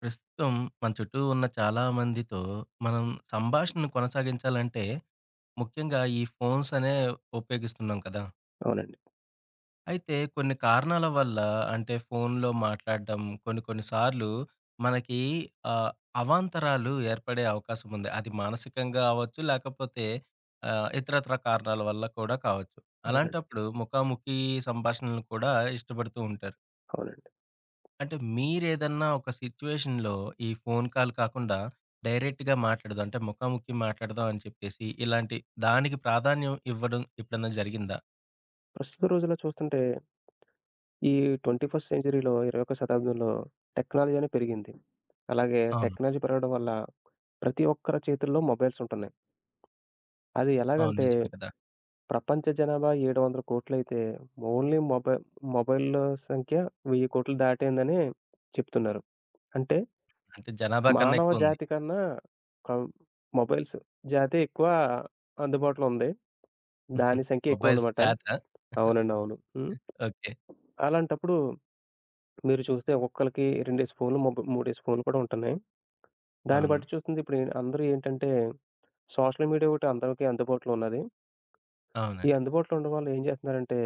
ప్రస్తుతం మన చుట్టూ ఉన్న చాలా మందితో మనం సంభాషణను కొనసాగించాలంటే ముఖ్యంగా ఈ ఫోన్స్ అనే ఉపయోగిస్తున్నాం కదా! అవునండి. అయితే కొన్ని కారణాల వల్ల అంటే ఫోన్‌లో మాట్లాడడం కొన్ని కొన్ని సార్లు మనకి ఆహ్, అవాంతరాలు ఏర్పడే అవకాశం ఉంది. అది మానసికంగా అవ్వచ్చు, లేకపోతే ఇతరత్ర కారణాల వల్ల కూడా కావచ్చు. అవునండి. అలాంటప్పుడు ముఖాముఖి సంభాషణలు కూడా ఇష్టపడుతూ ఉంటారు. అవునండి. అంటే మీరేదన్నా ఒక సిచ్యువేషన్‌లో ఈ ఫోను కాల్ కాకుండా డైరెక్ట్‌గా మాట్లాడదాం. అంటే ముఖాముఖి మాట్లాడదాం అని చెప్పేసి ఇలాంటి దానికి ప్రాధాన్యం ఇవ్వడం ఎప్పుడన్నా జరిగిందా? ప్రస్తుత రోజుల్లో చూస్తుంటే ఈ 21st సెంచరీలో 21వ శతాబ్దంలో టెక్నాలజీ అనేది పెరిగింది. అలాగే అవును. టెక్నాలజీ పెరగడం వల్ల ప్రతి ఒక్కరి చేతుల్లో మొబైల్స్ ఉంటున్నాయి. అది అవును. ఎలాగంటే నిజమే కదా! ప్రపంచ జనాభా 700,00,00,000,000 అయితే ఓన్లీ మొబైల్‌ల సంఖ్య 1000,00,00,000,000 దాటిందని చెప్తున్నారు. అంటే అంటే జనాభా కన్నా మానవ ఎక్కువుంది. జాతి కన్నా కం మొబైల్స్ జాతే ఎక్కువ అందుబాటులో ఉంది. దాని సంఖ్య ఎక్కువ మొబైల్స్ ఉందన్నమాట. జాతా. అవునండి. అవును. హ్మ్. ఓకే. అలాంటప్పుడు మీరు చూస్తే ఒక్కొక్కళ్ళకి 2 స్పూన్‌లు, 3 స్పూన్‌లు కూడా ఉంటున్నాయి. దాన్ని అవును. బట్టి చూస్తుంది ఇప్పుడు అందరూ ఏంటంటే, సోషల్ మీడియా ఒకటి అందరికీ అందుబాటులో ఉన్నది. ఈ అవునండి. అందుబాటులో ఉండడం వల్ల ఏం చేస్తున్నారంటే,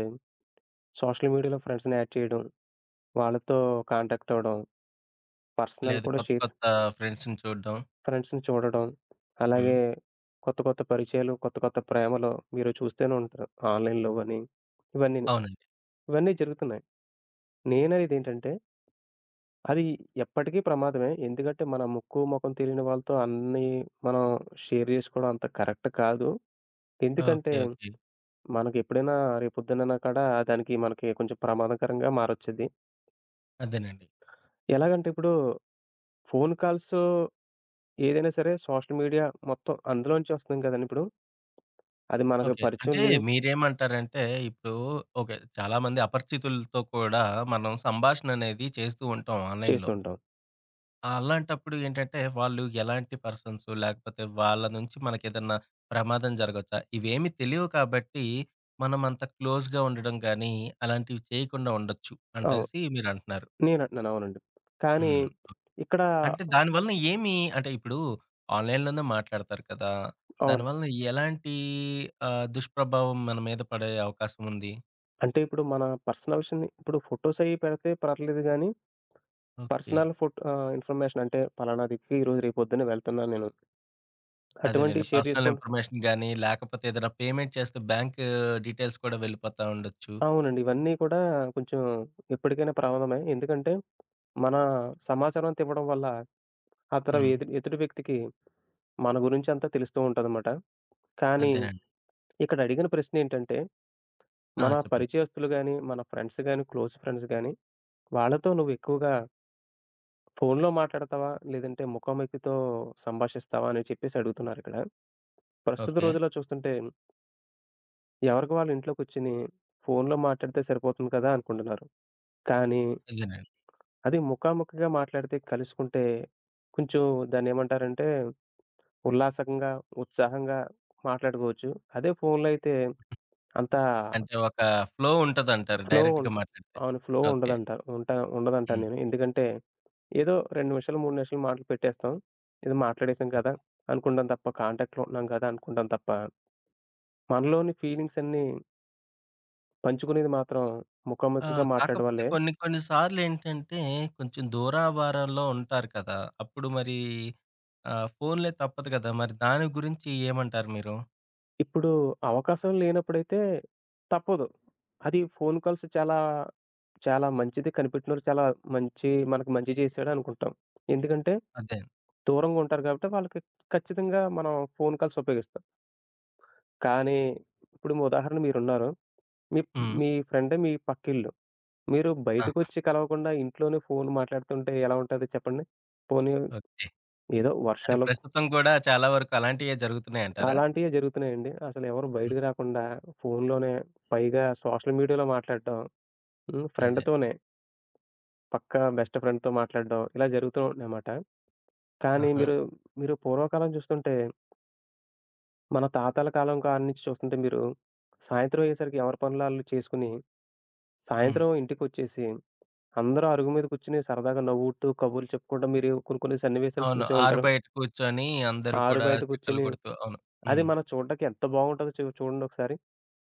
సోషల్ మీడియాలో ఫ్రెండ్స్‌ని యాడ్ చేయడం, వాళ్ళతో కాంటాక్ట్ అవ్వడం, పర్సనల్ లేదు, కూడా కొత్త షేర్స్ కొత్త ఫ్రెండ్స్‌ని చూడడం. ఫ్రెండ్స్‌ని చూడడం, హ్మ్. అలాగే కొత్త కొత్త పరిచయాలు, కొత్త కొత్త ప్రేమలు మీరు చూస్తూనే ఉంటారు ఆన్‌లైన్‌లో గాని ఇవన్నీను. అవునండి. ఇవన్నీ జరుగుతున్నాయి. నేననేది ఏంటంటే అది ఎప్పటికీ ప్రమాదమే. ఎందుకంటే, మన ముక్కు, మొఖం తెలియని వాళ్ళతో అన్నీ మనం షేర్ జేసుకోవడం అంత కరెక్ట్ కాదు. ఎందుకంటే, ఓకే. ఓకే. మనకెప్పుడైనా రేపొద్దుననా కూడా దానికి మనకి కొంచెం ప్రమాదకరంగా మారొచ్చేది. అదేనండి. ఎలాగంటే ఇప్పుడు ఫోను కాల్స్ ఏదైనా సరే సోషల్ మీడియా మొత్తం అందులోంచే వస్తుంది కదండీ ఇప్పుడు. అది మనకు ఓకే. పరిచయం అంటే లే మీరేమంటారంటే ఇప్పుడు ఓకే. చాలామంది అపరిచితులతో కూడా మనం సంభాషణ అనేది చేస్తూ ఉంటాం ఆన్‌లైన్‌లో. చేస్తుంటాం. అలాంటప్పుడు ఏంటంటే, వాళ్ళు ఎలాంటి పర్సన్సు? లేకపోతే వాళ్ళ నుంచి మనకేదన్నా ప్రమాదం జరగొచ్చా? ఇవేమి తెలియవు కాబట్టి, మనం అంత క్లోజ్‌గా ఉండడం గానీ, అలాంటివి చేయకుండా ఉండొచ్చు అవును. అంటేసి మీరంటున్నారు. నేనంటున్నాను. అవునండి. కానీ హ్మ్. ఇక్కడ అంటే దాని వలన ఏమి అంటే ఇప్పుడు ఆన్‌లైన్‌లోనే మాట్లాడతారు కదా! దాని అవును. వలన ఎలాంటి దుష్ప్రభావం మన మీద పడే అవకాశం ఉంది? అంటే ఇప్పుడు మన పర్సనల్ విషయాన్ని ఇప్పుడు ఫోటోస్ అయి పెడితే పర్లేదు గాని ఓకే. ఇన్ఫర్మేషన్ అంటే పలానా దిక్కు ఈరోజు రేపు పొద్దున్నే వెళ్తున్నాను నేను. అదేలెండి. అటువంటివి షేర్ పర్సనల్ చేసుకోవడం ఇన్ఫర్మేషన్ గానీ, లేకపోతే ఏదైనా పేమెంట్ చేస్తే బ్యాంకు డీటెయిల్స్ కూడా వెళ్ళిపోతా ఉండొచ్చు. అవునండి. ఇవన్నీ కూడా కొంచెం ఎప్పటికైనా ప్రమాదమే. ఎందుకంటే మన సమాచారం అంతా ఇవ్వడం వల్ల అతర హ్మ్. ఎదుటి ఎదుటి వ్యక్తికి మన గురించి అంతా తెలుస్తూ ఉంటదన్నమాట. కానీ అదేనండి. ఇక్కడ అడిగిన ప్రశ్న ఏంటంటే ఆ! మన చెప్పండి. పరిచయస్తులు గాని, మన ఫ్రెండ్స్ గాని, క్లోజ్ ఫ్రెండ్స్ గాని వాళ్ళతో నువ్వు ఎక్కువగా ఫోనులో మాట్లాడతావా? లేదంటే ముఖాముఖితో సంభాషిస్తావా? అని చెప్పేసి అడుగుతున్నారిక్కడ. ప్రస్తుత ఓకే. రోజుల్లో చూస్తుంటే ఎవరికి వాళ్ళు ఇంట్లోకొచ్చిని ఫోన్‌లో మాట్లాడితే సరిపోతుంది కదా! అనుకుంటున్నారు. కానీ అదేనండి. అది ముఖాముఖిగా మాట్లాడితే కలుసుకుంటే కొంచెం దాన్నేమంటారంటే ఉల్లాసంగా, ఉత్సాహంగా మాట్లాడుకోవచ్చు. అదే ఫోన్‌లో అయితే అంత అంటే ఒక ఫ్లో ఉంటదంటారు ఫ్లో డైరెక్ట్‌గా ఉంట మాట్లాడితే. అవును. Flow okay. ఉండదంటారు. ఉంటా ఉండదంటాను హ్మ్. నేను. ఎందుకంటే ఏదో 2 నిమిషాలు, 3 నిమిషాలు మాటలు పెట్టేస్తాం. ఏదో మాట్లాడేసాం కదా! అనుకుంటాం తప్ప కాంటాక్ట్‌లో ఉంటున్నాం కదా! అనుకుంటాం తప్ప మనలోని ఫీలింగ్స్ అన్నీ పంచుకునేది మాత్రం ఆ! ముఖాముఖిగా మాట్లాడడం కాకపోతే వల్లే. కొన్ని కొన్ని సార్లేంటంటే, కొంచెం దూరాభారంలో ఉంటారు కదా! అప్పుడు మరి ఫోన్‌లే తప్పదు కదా! మరి దాని గురించి ఏమంటారు మీరు? ఇప్పుడు అవకాశం లేనప్పుడైతే తప్పదు. అది ఫోను కాల్స్ చాలా, చాలా మంచిది. కనిపెట్టినోడు చాలా మంచి మనకు మంచి చేశాడు అనుకుంటాం. ఎందుకంటే అదే. దూరంగా ఉంటారు కాబట్టి వాళ్ళకి ఖచ్చితంగా మనం ఫోను కాల్స్ ఉపయోగిస్తాం. కానీ ఇప్పుడు మీ ఉదాహరణ మీరున్నారు. మీ హ్మ్. మీ ఫ్రెండే మీ పక్కిల్లు. మీరు ఆ! బయటకొచ్చి కలవకుండా ఇంట్లోనే ఫోను మాట్లాడుతుంటే ఎలా ఉంటది చెప్పండి? పోనీ ఓకే. ఏదో అంటే వర్షాలు ప్రస్తుతం కూడా చాలా వరకు అలాంటియే జరుగుతున్నాయంటారా? అలాంటియే జరుగుతున్నాయండి. అసలెవరు హ్మ్. బయటకి రాకుండా ఫోనులోనే పైగా సోషల్ మీడియాలో మాట్లాడటం హ్మ్. అదే. ఫ్రెండ్‌తోనే. పక్కా బెస్ట్ ఫ్రెండ్‌తో మాట్లాడడం ఇలా జరుగుతూ ఉంటున్నాయన్నమాట. కానీ ఆహా! మీరు, మీరు పూర్వకాలం చూస్తుంటే మన తాతల కాలం కాడ్నుంచి చూస్తుంటే మీరు సాయంత్రం అయ్యేసరికి ఎవరి పనులు ఆళ్ళు చేసుకొని, హ్మ్. సాయంత్రం ఇంటికొచ్చేసి అందరూ అరుగు మీద కూర్చొని సరదాగా నవ్వుతూ, కబుర్లు చెప్పుకోవడం మీరు కొన్ని కొన్ని సన్నివేశాలు అవును. చూసే ఆరు ఉంటారు. బయట కూర్చొని ఆ అందరూ ఆరు కూడా బయట చిక్కలు కూర్చొని కొడుతూ, అవును. అది హ్మ్. మనం చూడడానికి ఎంత బాగుంటదో చూడండి ఒకసారి.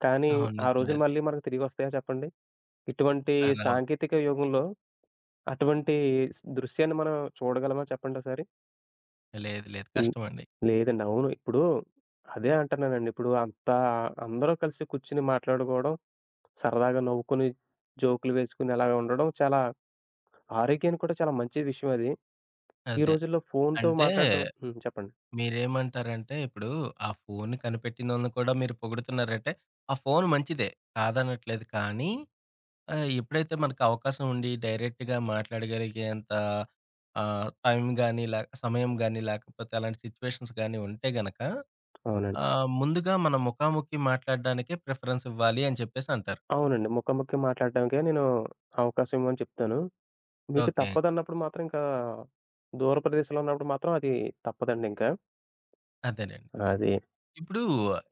కానీ అవును, ఆ నిజమే రోజులు అది. మళ్ళీ మనకు తిరిగొస్తాయా చెప్పండి? ఇటువంటి అలా సాంకేతిక యుగంలో అటువంటి దృశ్యాన్ని మనం చూడగలమా చెప్పండొకసారి? లేదు. లేదు, హ్మ్. కష్టమండి. లేదండి. అవును. ఇప్పుడు అదే అంటున్నానండి. ఇప్పుడు అంతా అందరూ కలిసి కూర్చొని మాట్లాడుకోవడం, సరదాగా నవ్వుకొని, జోకులు వేసుకొని అలాగ ఉండడం చాలా ఆరోగ్యానికి కూడా చాలా మంచి విషయం అది. ఈ అదే. రోజుల్లో ఫోనుతో అంటే మాట్లాడడం హ్మ్. చెప్పండి. మీరేమంటారంటే, ఇప్పుడు ఆ ఫోన్ కనిపెట్టినోళ్ళని కూడా మీరు పొగుడుతున్నారంటే, ఆ ఫోన్ మంచిదే, కాదనట్లేదు. కానీ ఎప్పుడైతే మనకు అవకాశం ఉండి డైరెక్ట్‌గా మాట్లాడగలిగేంత టైం గాని, లే సమయం గాని, లేకపోతే అలాంటి సిట్యుయేషన్స్ గాని ఉంటే గనక అవునండి. ముందుగా మనం ముఖాముఖి మాట్లాడడానికే ప్రిఫరెన్స్ ఇవ్వాలి అని చెప్పేసి అంటారు. అవునండి. ముఖాముఖి మాట్లాడడానికే నేను అవకాశం ఇవ్వమని చెప్తాను. మీకు ఓకే. తప్పదన్నప్పుడు మాత్రం ఇంకా దూర ప్రదేశంలో ఉన్నప్పుడు మాత్రం అది తప్పదండి ఇంకా. అదేనండి. అది ఇప్పుడు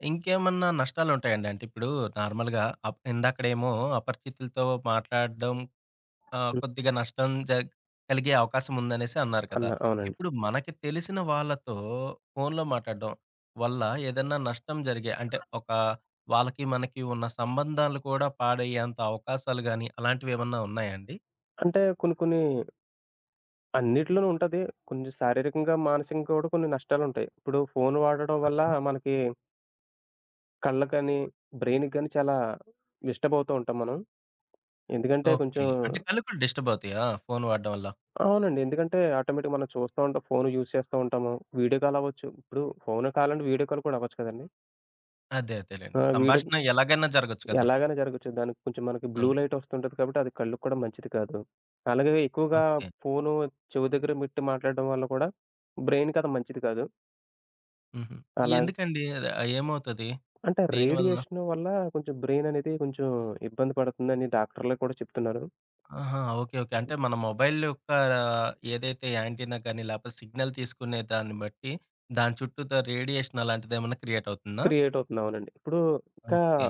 ఇంకేమన్నా నష్టాలుంటాయండి? అంటే ఇప్పుడు నార్మల్‌గా అప్ ఇందాకడేమో అపరిచితులతో మాట్లాడడం హ్మ్. కొద్దిగా నష్టం జ కలిగే అవకాశం ఉందనేసి అన్నారు కదా! అన్న అవునండి. ఇప్పుడు మనకి తెలిసిన వాళ్ళతో ఫోన్‌లో మాట్లాడడం వల్ల ఏదన్నా నష్టం జరిగే అంటే ఒక వాళ్ళకి, మనకి ఉన్న సంబంధాలు కూడా పాడయ్యేంత అవకాశాలు గాని అలాంటివేమన్నా ఉన్నాయా అండి? అంటే కొన్ని కొన్ని అన్నిట్లోనూ ఉంటది. కొంచెం శారీరకంగా, మానసికంగా కూడా కొన్ని నష్టాలుంటాయి. ఇప్పుడు ఫోను వాడడం వల్ల ఆహా! మనకి కళ్ళకని, బ్రెయిన్‌కి గాని చాలా డిస్టర్బ్ అవుతూ ఉంటాం మనం. ఎందుకంటే ఓకే. కొంచెం అంటే కళ్ళు కూడా డిస్టర్బ్ అవుతాయా ఫోన్ వాడడం వల్ల? అవునండి. ఎందుకంటే ఆటోమేటిక్‌గా మనం చూస్తా ఉంటాం. ఫోను యూజ్ చేస్తూ ఉంటాము. వీడియో కాల్ అవ్వచ్చు. ఇప్పుడు ఫోను కాలంటే వీడియో కాల్ కూడా అవ్వచ్చు కదండీ! అదే ఆ! అదేలెండి. వీడియో సంభాషణ ఎలాగైనా జరగొచ్చు కదా! ఎలాగైనా జరగొచ్చు. దానికి కొంచెం మనకి బ్లూ అవును. లైట్ వస్తుంటది కాబట్టి అది కళ్ళకి కూడా మంచిది కాదు. అలాగే ఎక్కువగా ఓకే. ఫోను చెవి దగ్గర పెట్టి మాట్లాడడం వల్ల కూడా బ్రెయిన్‌కి అది మంచిది కాదు. హుహు. అలా ఎందుకండి? అది ఏమవుతది? అంటే దేనివలన? రేడియేషన్ వల్ల కొంచెం బ్రెయిన్ అనేది కొంచెం ఇబ్బంది పడుతుందని డాక్టర్‌లు కూడా చెప్తున్నారు. ఆహా! ఓకే. ఓకే. అంటే మన మొబైల్ యొక్క ఏదైతే యాంటీనా కానీ, లేకపోతే సిగ్నల్ తీసుకునే దాన్ని బట్టి, దాని చుట్టూతా రేడియేషన్ అలాంటిదేమన్నా క్రియేట్ అవుతుందా? క్రియేట్ అవుతుంది. అవునండి. ఇప్పుడు ఇంకా, ఓకే.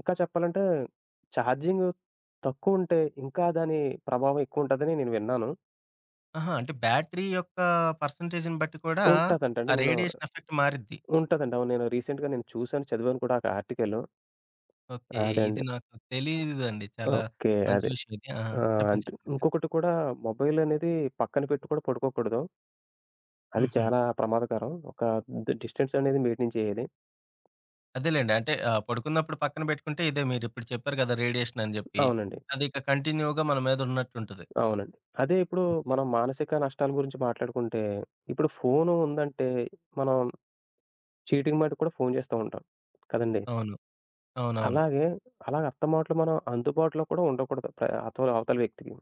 ఇంకా చెప్పాలంటే ఛార్జింగ్ తక్కువుంటే ఇంకా దాని ప్రభావం ఎక్కువుంటదని నేను విన్నాను. ఆహా! అంటే బ్యాటరీ యొక్క పర్సెంటేజ్‌ని బట్టి కూడా, ఉంటదంటండి. ఆ నేను రేడియేషన్ ఎఫెక్ట్ మారిద్ది. ఉంటదండి. అవును. నేను రీసెంట్‌గా నేను చూసాను, చదివాను కూడా ఒక ఆర్టికల్. ఓకే. అదే అండి. ఇది నాకు తెలీదండి. చాలా ఓకే. మంచి అదే. విషయం ఇది. ఆహా! ఆ! చెప్పండి. అంతే. చెప్పండి. ఇంకొకటి కూడా మొబైల్ అనేది పక్కన పెట్టి కూడా పడుకోకూడదు. అది హుహు. చాలా ప్రమాదకరం. ఒక డిస్టెన్స్ అనేది మెయింటైన్ చేయాలి. అదేలెండి. అంటే పడుకున్నప్పుడు పక్కన పెట్టుకుంటే ఇదే మీరిప్పుడు చెప్పారు కదా! రేడియేషన్ అని జెప్పి. అవునండి. అది ఇక కంటిన్యూ‌గా మన మీద ఉన్నట్టుంటది. అవునండి. అదే ఇప్పుడు ఓకే. మనం మానసిక నష్టాల గురించి మాట్లాడుకుంటే, ఇప్పుడు ఫోను ఉందంటే మనం చీటింగ్ మట్టుకు కూడా ఫోను చేస్తూ ఉంటాం కదండీ! అవును. అవునవును. అలాగే అలాగే అస్తమాట్లు మనం అందుబాటులో కూడా ఉండకూడదు ప్ర అతల అవతల వ్యక్తికి.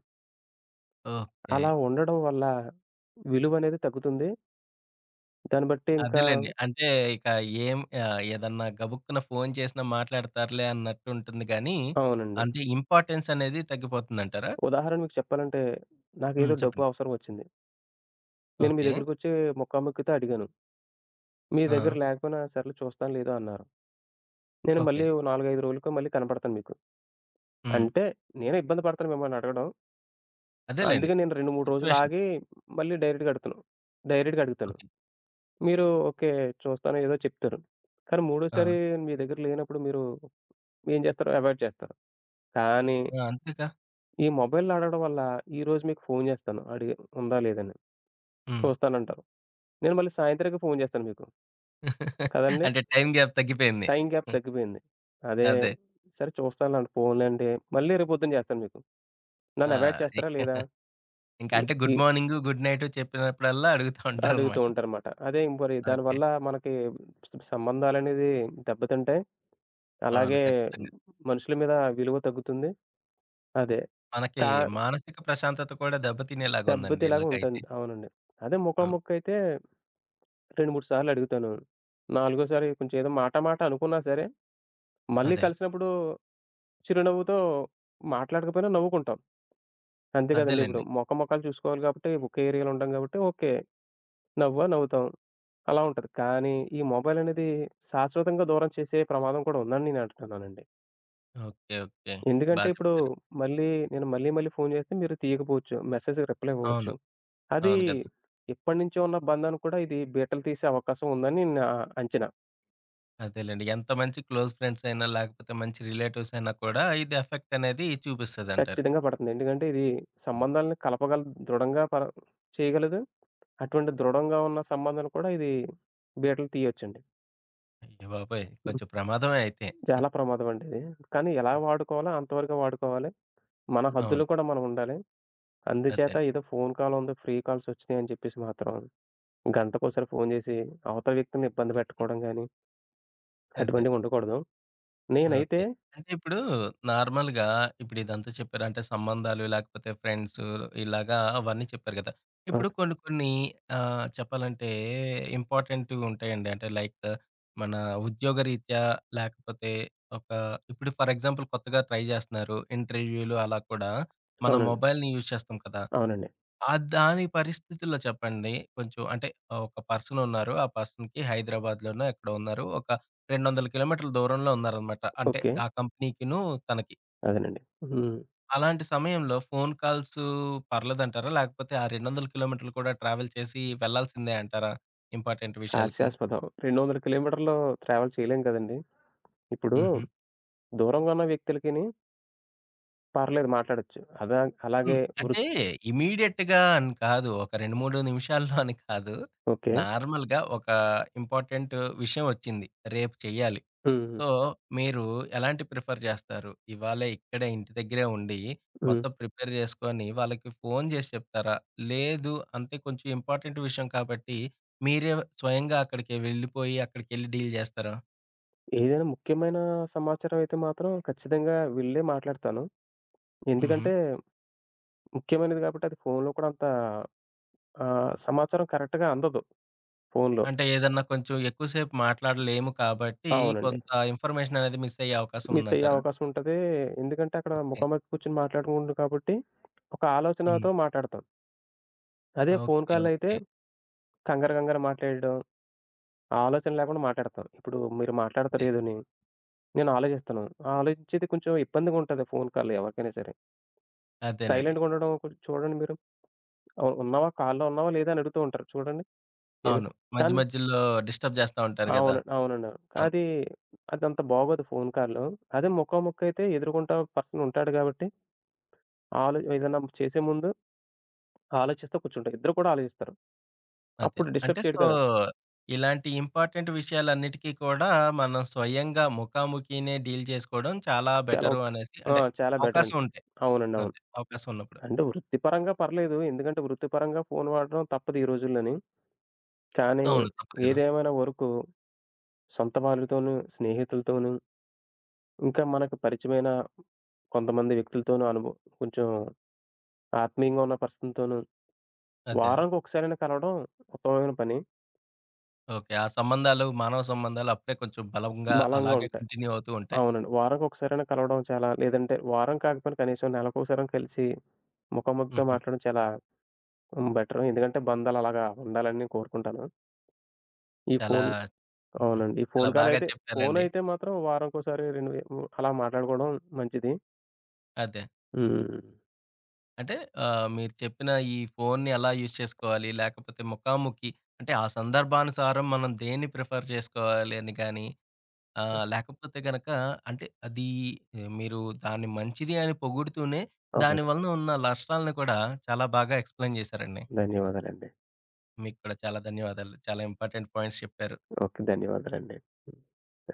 ఓకే. అలా ఉండడం వల్ల విలువనేది తగ్గుతుంది. దాన్ని బట్టి ఇంకా అదేలెండి. అంటే ఇక ఏం ఏదన్నా గబుక్కున ఫోను చేసినా మాట్లాడతారులే అన్నట్టుంటుంది గానీ, అవునండి. అంటే ఇంపార్టెన్స్ అనేది తగ్గిపోతుందంటారా? ఉదాహరణ మీకు చెప్పాలంటే హ్మ్. నాకేదో డబ్బు చెప్పండి. అవసరం వచ్చింది. నేను మీ ఓకే. దగ్గరికొచ్చి ముక్కాముక్కితే అడిగాను. మీ దగ్గర ఆ! లేకపోయినా సర్లే చూస్తాను లేదో అన్నారు. నేను మళ్ళీ ఓకే. ఓ 4, 5 రోజులకి మళ్ళీ కనపడతాను మీకు. హ్మ్. అంటే నేనే ఇబ్బంది పడతాను మిమ్మల్ని అడగడం. అదేలెండి. అందుకే నేను 2, 3 రోజులు సిచ్యువేషన్. ఆగి మళ్ళీ డైరెక్ట్‌గా అడుగుతాను. డైరెక్ట్‌గా అడుగుతాను. ఓకే. మీరు ఓకే. చూస్తాను ఏదో చెప్తారు. కానీ మూడోసారి ఆ! మీ దగ్గర లేనప్పుడు మీరు ఏం చేస్తారు? అవాయిడ్ చేస్తారు. కానీ ఆ! అంతేగా. ఈ మొబైల్‌లో అడగడం వల్ల ఈరోజు మీకు ఫోను చేస్తాను. అడిగి ఉందా? లేదని. హ్మ్. చూస్తానంటారు. నేను మళ్ళీ సాయంత్రానికి ఫోను చేస్తాను మీకు. కదండీ! అంటే టైమ్ గ్యాప్ తగ్గిపోయింది. టైమ్ గ్యాప్ హ్మ్. తగ్గిపోయింది. అదే అదే. సరే చూస్తానులెండి పోనీలెండి మళ్ళీ రేపు పొద్దున చేస్తాను మీకు. ఆ! నన్ను అవాయిడ్ చేస్తారా? లేదా? ఇ ఇంకా ఈ అంటే ఈ గుడ్ మార్నింగు, గుడ్ నైటు చెప్పినప్పుడల్లా అడుగుతా అడుగుతూ ఉంటారనమాట. ఉంటారనమాట. అదే మరి ఓకే. దానివల్ల మనకి సంబంధాలనేది దెబ్బతింటాయి. అవును. అలాగే ఖచ్చితంగా. మనుషుల మీద విలువ తగ్గుతుంది. అదే మనకి కా మానసిక ప్రశాంతత కూడా దెబ్బతినేలాగుందండి దెబ్బతిలాగా ఇలాగైతే. ఉంటుంది. అవునండి. అదే అవును. ముఖాముఖికైతే 2, 3 సార్లు అడుగుతాను. నాలుగోసారి కొంచెం ఏదో మాట మాట అనుకున్నా సరే, మళ్ళీ అదే. కలిసినప్పుడు చిరునవ్వుతో మాట్లాడకపోయినా నవ్వుకుంటాం. అంతే కదండీ! ఇప్పుడు అదేలెండి. ముఖాముఖాలు చూసుకోవాలి కాబట్టి ఒకే ఏరియాలో ఉంటాం కాబట్టి ఓకే. నవ్వుతాం. అలా ఉంటది. కానీ ఈ మొబైల్ అనేది శాశ్వతంగా దూరం చేసే ప్రమాదం కూడా ఉందని నేను అంటున్నానండి. ఓకే. ఓకే. బా ఎందుకంటే ఇప్పుడు చెప్పారు. మళ్ళీ నేను మళ్ళీ ఫోను చేస్తే మీరు తీయకపోవచ్చు. మెసేజ్‌కి రిప్లై ఇవ్వవచ్చు. అవును. అది అవును కదా! ఎప్పటినుంచో ఉన్న బంధాన్ని కూడా ఇది బీటలు తీసే అవకాశం ఉందని నా అంచనా. అదేలెండి. ఎంత మంచి క్లోజ్ ఫ్రెండ్స్ అయినా, లేకపోతే మంచి రిలేటివ్స్ అయినా కూడా ఇది ఎఫెక్ట్ అనేది చూపిస్తదంటారు. ఖచ్చితంగా పడుతుంది. ఎందుకంటే ఇది సంబంధాలను కలపగలదు. దృఢంగా చేయగలదు. అటువంటి దృఢంగా ఉన్న సంబంధాలు కూడా ఇది బీటలు తీయొచ్చండి. అయ్య బాబోయ్! ఉం. కొంచెం ప్రమాదమే అయితే. చాలా ప్రమాదం అండి ఇది. కానీ ఎలా వాడుకోవాలో అంతవరకే వాడుకోవాలి. మన అవును. హద్దులో కూడా మనం ఉండాలి. అందుచేత అదే. ఏదో ఫోను కాల్ ఉంది, ఫ్రీ కాల్స్ వచ్చినాయి అని చెప్పేసి మాత్రం గంటకోసారి ఫోను చేసి అవతల వ్యక్తిని ఇబ్బంది పెట్టడం గాని, అదే. అటువంటివి ఉండకూడదు. నేనైతే ఓకే. అంటే ఇప్పుడు నార్మల్‌గా ఇప్పుడు ఇదంతా చెప్పారు. అంటే సంబంధాలు, లేకపోతే ఫ్రెండ్స్ ఇలాగా అవన్నీ చెప్పారు కదా! ఇప్పుడు ఆ! కొన్ని కొన్ని చెప్పాలంటే ఇంపార్టెంట్‌వి ఉంటాయండి. అంటే లైక్ మన ఉద్యోగరీత్యా లేకపోతే ఒక ఇప్పుడు ఫర్ ఎగ్జాంపుల్ కొత్తగా ట్రై చేస్తున్నారు. ఇంటర్వ్యూలు అలా కూడా మనం అవునండి. మొబైల్‌ని యూజ్ చేస్తాం కదా! అవునండి. ఆ! దాని పరిస్థితుల్లో చెప్పండి. కొంచెం అంటే ఒక పర్సన్ ఉన్నారు. ఆ పర్సన్‌కి హైదరాబాద్‌లోనో ఎక్కడో ఉన్నారు. ఒక 200 కిలోమీటర్ల దూరంలో ఉన్నారనమాట. అంటే ఓకే. ఆ కంపెనీకిను, తనకి. అదేనండి. హ్మ్. అలాంటి సమయంలో ఫోను కాల్సు పర్లేదంటారా? లేకపోతే ఆ 200 కిలోమీటర్లు కూడా ట్రావెల్ చేసి వెళ్ళాల్సిందే అంటారా? ఇంపార్టెంట్ విషయాలకి. హాస్యాస్పదం. 200 కిలోమీటర్లు ట్రావెల్ చేయలేం కదండీ! ఇప్పుడు హుహు. దూరంగా ఉన్న వ్యక్తులకిని పర్లేదు మాట్లాడొచ్చు. అదా హ్మ్. అలాగే వృ అంటే ఇమ్మీడియేట్‌గా అని కాదు. ఒక 2, 3 నిమిషాల్లో అని కాదు. ఓకే. నార్మల్‌గా ఒక ఇంపార్టెంట్ విషయం వచ్చింది. రేపు చెయ్యాలి. హ్మ్. హ్మ్. సో, మీరు ఎలాంటి ప్రిఫర్ చేస్తారు? ఇవాళే ఇక్కడే ఇంటి దగ్గరే ఉండి, హ్మ్. మొత్తం ప్రిపేర్ చేసుకొని వాళ్ళకి ఫోను చేసి చెప్తారా? లేదు, అంటే కొంచెం ఇంపార్టెంట్ విషయం కాబట్టి, మీరే స్వయంగా అక్కడికి వెళ్ళిపోయి, అక్కడికెళ్ళి డీల్ చేస్తారా? ఏదైనా ముఖ్యమైన సమాచారం అయితే మాత్రం ఖచ్చితంగా వెళ్ళే మాట్లాడతాను. హుహు. ఎందుకంటే ముఖ్యమైనది కాబట్టి అది ఫోనులో కూడా అంత ఆ! సమాచారం కరెక్ట్‌గా అందదు ఫోనులో. అంటే ఏదన్నా కొంచెం ఎక్కువ సేపు మాట్లాడలేము కాబట్టి, అవునండి. కొంత ఇన్ఫర్మేషన్ అనేది మిస్ అయ్యే అవకాశం మిస్ అయ్యే ఉందంటారా? అవకాశం ఉంటది. ఎందుకంటే అక్కడ ఓకే. ముఖాముఖి కూర్చొని మాట్లాడుకుంటున్నాం కాబట్టి, ఒక హ్మ్. ఆలోచనతో మాట్లాడతాం. అదే ఫోను ఓకే. కాల్ అయితే ఓకే. కంగారు కంగారు మాట్లాడడం, ఆ ఆలోచన లేకుండా మాట్లాడతాం. ఇప్పుడు మీరు మాట్లాడతారో అదే. ఏదోని, నేను ఆలోచిస్తాను. ఆ ఆలోచించేది కొంచెం ఇబ్బందిగా ఉంటది ఫోను కాల్ ఎవరికైనా సరే. అదేనండి. సైలెంట్‌గా ఉండడం కొంచెం చూడండి మీరు. ఆహ్, ఉన్నావా కాల్‌లో ఉన్నావా లేదా అని అడుగుతూ ఉంటారు చూడండి. ఏదో అవును. మధ్య కానీ మధ్యలో డిస్టర్బ్ చేస్తా ఉంటారు కదా! అవును. అవునండి. అవును. అవును. అది అదంత బాగోదు ఫోను కాల్‌లో. అదే ముఖాముఖియితే ఎదురుగుండా పర్సన్ ఉంటాడు కాబట్టి, ఏదైనా చేసే ముందు ఆలోచిస్తా కూర్చుంటారు. ఇద్దరు కూడా ఆలోచిస్తారు. అదే. అప్పుడు అంటే డిస్టర్బ్ చేయడు సో, కదా! ఇలాంటి ఇంపార్టెంట్ విషయాలన్నిటికీ కూడా మనం స్వయంగా ముఖాముఖినే డీల్ చేసుకోవడం చాలా చాలా బెటరు అనేసి ఆ! అంటే చాలా బెటరండి. అవకాశం ఉంటే. అవునండి. అవును. అదే. అవకాశం ఉన్నప్పుడు. అంటే వృత్తిపరంగా పర్లేదు. ఎందుకంటే వృత్తిపరంగా ఫోను వాడడం తప్పదు ఈ రోజుల్లోని. కానీ అవును, తప్పదు కదా! ఏదేమైనా వరకు సొంత వాళ్ళతోనూ, స్నేహితులతోనూ, ఇంకా మనకు పరిచయమైన కొంతమంది వ్యక్తులతోనూ అనుభవం కొంచెం ఆత్మీయంగా ఉన్న పర్సన్‌తోనూ అదేనండి. వారానికి ఒకసారైనా కలవడం ఉత్తమమైన పని. ఓకే. ఆ సంబంధాలు, మానవ సంబంధాలు అప్పుడే కొంచెం బలంగా బలంగా అలాగే ఉంటాయి. కంటిన్యూ అవుతూ ఉంటాయి. అవునండి. వారానికి ఒకసారైనా కలవడం చాలా లేదంటే వారం కాకపోయినా కనీసం నెలకొకసారైనా కలిసి ముఖాముఖితో హుహు. మాట్లాడడం చాలా హ్మ్. బెటర్. ఎందుకంటే బంధాలు అలాగా ఉండాలని నేను కోరుకుంటాను. ఈ చాలా ఫోన్ ఉహు, అవునండి. ఈ చాలా ఫోన్ కాల్ బాగా అయితే చెప్పారండి. ఫోనయితే మాత్రం వారానికోసారి 2 వే హ్మ్. అలా మాట్లాడుకోవడం మంచిది. అదే. హ్మ్. అంటే మీరు చెప్పిన ఈ ఫోన్‌ని ఎలా యూజ్ చేసుకోవాలి, లేకపోతే ముఖాముఖి అంటే ఆ సందర్భానుసారం మనం దేన్ని ప్రిఫర్ చేసుకోవాలి అని గాని ఆ! లేకపోతే గనక అంటే అది ఏ, మీరు దాన్ని మంచిది అని పొగుడుతూనే, దాని అవునండి. వలన ఉన్న నష్టాలను కూడా చాలా బాగా ఎక్స్‌ప్లెయిన్ చేశారండి. ధన్యవాదాలండి. మీకు కూడా చాలా ధన్యవాదాలు. చాలా ఇంపార్టెంట్ పాయింట్స్ చెప్పారు. ఓకే. ధన్యవాదాలండి. హ్మ్. థాంక్స్.